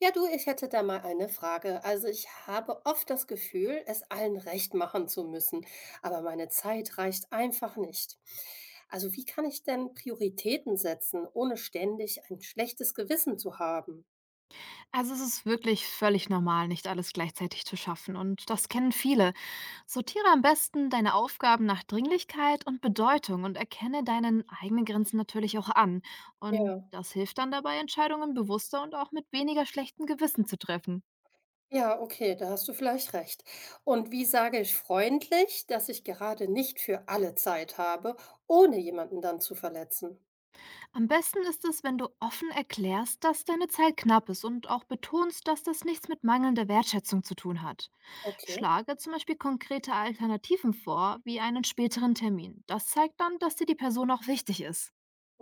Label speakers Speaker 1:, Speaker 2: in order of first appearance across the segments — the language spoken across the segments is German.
Speaker 1: Ja, du, ich hätte da mal eine Frage. Also ich habe oft das Gefühl, es allen recht machen zu müssen, aber meine Zeit reicht einfach nicht. Also wie kann ich denn Prioritäten setzen, ohne ständig ein schlechtes Gewissen zu haben?
Speaker 2: Also es ist wirklich völlig normal, nicht alles gleichzeitig zu schaffen und das kennen viele. Sortiere am besten deine Aufgaben nach Dringlichkeit und Bedeutung und erkenne deinen eigenen Grenzen natürlich auch an. Und
Speaker 1: Ja,
Speaker 2: das hilft dann dabei, Entscheidungen bewusster und auch mit weniger schlechtem Gewissen zu treffen.
Speaker 1: ja, okay, da hast du vielleicht recht. Und wie sage ich freundlich, dass ich gerade nicht für alle Zeit habe, ohne jemanden dann zu verletzen?
Speaker 2: Am besten ist es, wenn du offen erklärst, dass deine Zeit knapp ist und auch betonst, dass das nichts mit mangelnder Wertschätzung zu tun hat.
Speaker 1: Okay.
Speaker 2: Schlage zum Beispiel konkrete Alternativen vor, wie einen späteren Termin. Das zeigt dann, dass dir die Person auch wichtig ist.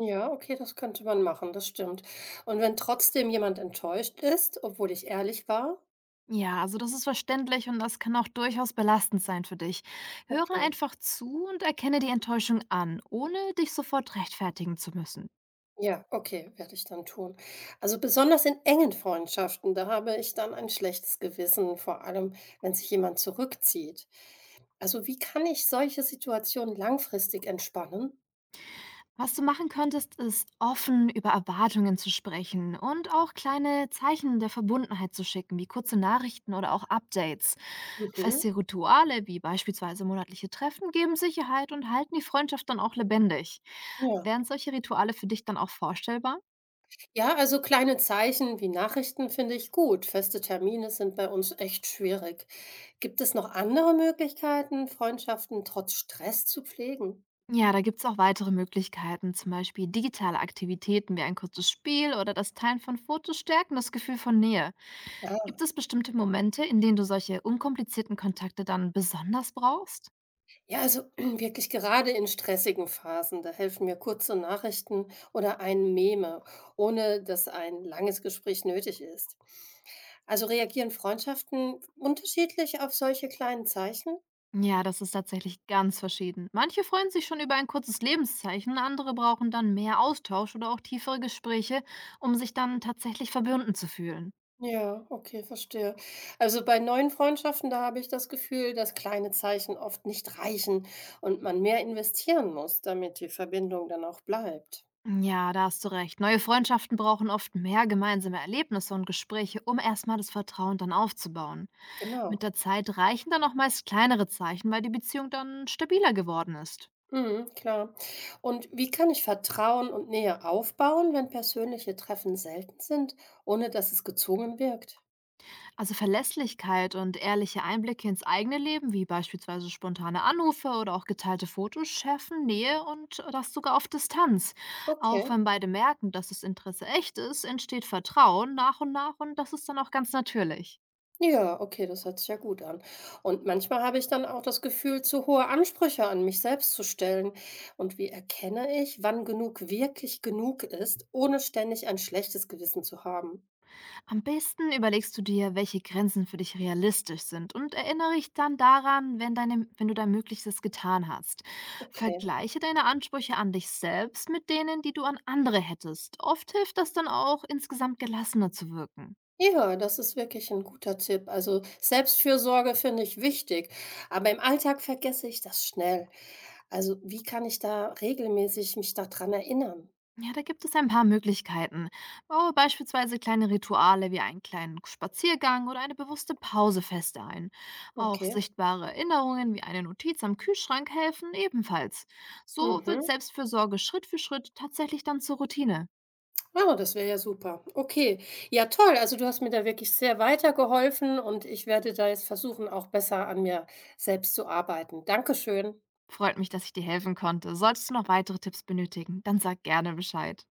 Speaker 1: Ja, okay, das könnte man machen, das stimmt. Und wenn trotzdem jemand enttäuscht ist, obwohl ich ehrlich war?
Speaker 2: Ja, also das ist verständlich und das kann auch durchaus belastend sein für dich. Höre
Speaker 1: Okay.
Speaker 2: einfach zu und erkenne die Enttäuschung an, ohne dich sofort rechtfertigen zu müssen.
Speaker 1: Ja, okay, werde ich dann tun. Also besonders in engen Freundschaften, da habe ich dann ein schlechtes Gewissen, vor allem wenn sich jemand zurückzieht. Also wie kann ich solche Situationen langfristig entspannen?
Speaker 2: Was du machen könntest, ist offen über Erwartungen zu sprechen und auch kleine Zeichen der Verbundenheit zu schicken, wie kurze Nachrichten oder auch Updates.
Speaker 1: Mhm.
Speaker 2: Feste Rituale, wie beispielsweise monatliche Treffen, geben Sicherheit und halten die Freundschaft dann auch lebendig.
Speaker 1: Ja.
Speaker 2: Wären solche Rituale für dich dann auch vorstellbar?
Speaker 1: Ja, also kleine Zeichen wie Nachrichten finde ich gut. Feste Termine sind bei uns echt schwierig. Gibt es noch andere Möglichkeiten, Freundschaften trotz Stress zu pflegen?
Speaker 2: Ja, da gibt's auch weitere Möglichkeiten, zum Beispiel digitale Aktivitäten wie ein kurzes Spiel oder das Teilen von Fotos stärken das Gefühl von Nähe. Gibt
Speaker 1: Ah,
Speaker 2: es bestimmte Momente, in denen du solche unkomplizierten Kontakte dann besonders brauchst?
Speaker 1: ja, also wirklich gerade in stressigen Phasen, da helfen mir kurze Nachrichten oder ein Meme, ohne dass ein langes Gespräch nötig ist. Also reagieren Freundschaften unterschiedlich auf solche kleinen Zeichen?
Speaker 2: Ja, das ist tatsächlich ganz verschieden. Manche freuen sich schon über ein kurzes Lebenszeichen, andere brauchen dann mehr Austausch oder auch tiefere Gespräche, um sich dann tatsächlich verbunden zu fühlen.
Speaker 1: Ja, okay, verstehe. Also bei neuen Freundschaften, da habe ich das Gefühl, dass kleine Zeichen oft nicht reichen und man mehr investieren muss, damit die Verbindung dann auch bleibt.
Speaker 2: Ja, da hast du recht. Neue Freundschaften brauchen oft mehr gemeinsame Erlebnisse und Gespräche, um erstmal das Vertrauen dann aufzubauen. Mit
Speaker 1: Genau.
Speaker 2: der Zeit reichen dann auch meist kleinere Zeichen, weil die Beziehung dann stabiler geworden ist.
Speaker 1: Mhm, klar. Und wie kann ich Vertrauen und Nähe aufbauen, wenn persönliche Treffen selten sind, ohne dass es gezwungen wirkt?
Speaker 2: Also Verlässlichkeit und ehrliche Einblicke ins eigene Leben, wie beispielsweise spontane Anrufe oder auch geteilte Fotos, schärfen Nähe und das sogar auf Distanz. Auch
Speaker 1: Okay.
Speaker 2: wenn beide merken, dass das Interesse echt ist, entsteht Vertrauen nach und nach und das ist dann auch ganz natürlich.
Speaker 1: Ja, okay, das hört sich ja gut an. Und manchmal habe ich dann auch das Gefühl, zu hohe Ansprüche an mich selbst zu stellen. Und wie erkenne ich, wann genug wirklich genug ist, ohne ständig ein schlechtes Gewissen zu haben?
Speaker 2: Am besten überlegst du dir, welche Grenzen für dich realistisch sind und erinnere dich dann daran, wenn du dein Möglichstes getan hast.
Speaker 1: Okay.
Speaker 2: Vergleiche deine Ansprüche an dich selbst mit denen, die du an andere hättest. Oft hilft das dann auch, insgesamt gelassener zu wirken.
Speaker 1: Ja, das ist wirklich ein guter Tipp. Also Selbstfürsorge finde ich wichtig, aber im Alltag vergesse ich das schnell. Also wie kann ich da regelmäßig mich daran erinnern?
Speaker 2: Ja, da gibt es ein paar Möglichkeiten. Baue beispielsweise kleine Rituale wie einen kleinen Spaziergang oder eine bewusste Pause fest ein. Auch
Speaker 1: Okay.
Speaker 2: sichtbare Erinnerungen wie eine Notiz am Kühlschrank helfen ebenfalls. So wird
Speaker 1: Mhm.
Speaker 2: Selbstfürsorge Schritt für Schritt tatsächlich dann zur Routine.
Speaker 1: Ah, das wäre ja super. Okay. Ja, toll. Also du hast mir da wirklich sehr weitergeholfen und ich werde da jetzt versuchen, auch besser an mir selbst zu arbeiten. Dankeschön.
Speaker 2: Freut mich, dass ich dir helfen konnte. Solltest du noch weitere Tipps benötigen, dann sag gerne Bescheid.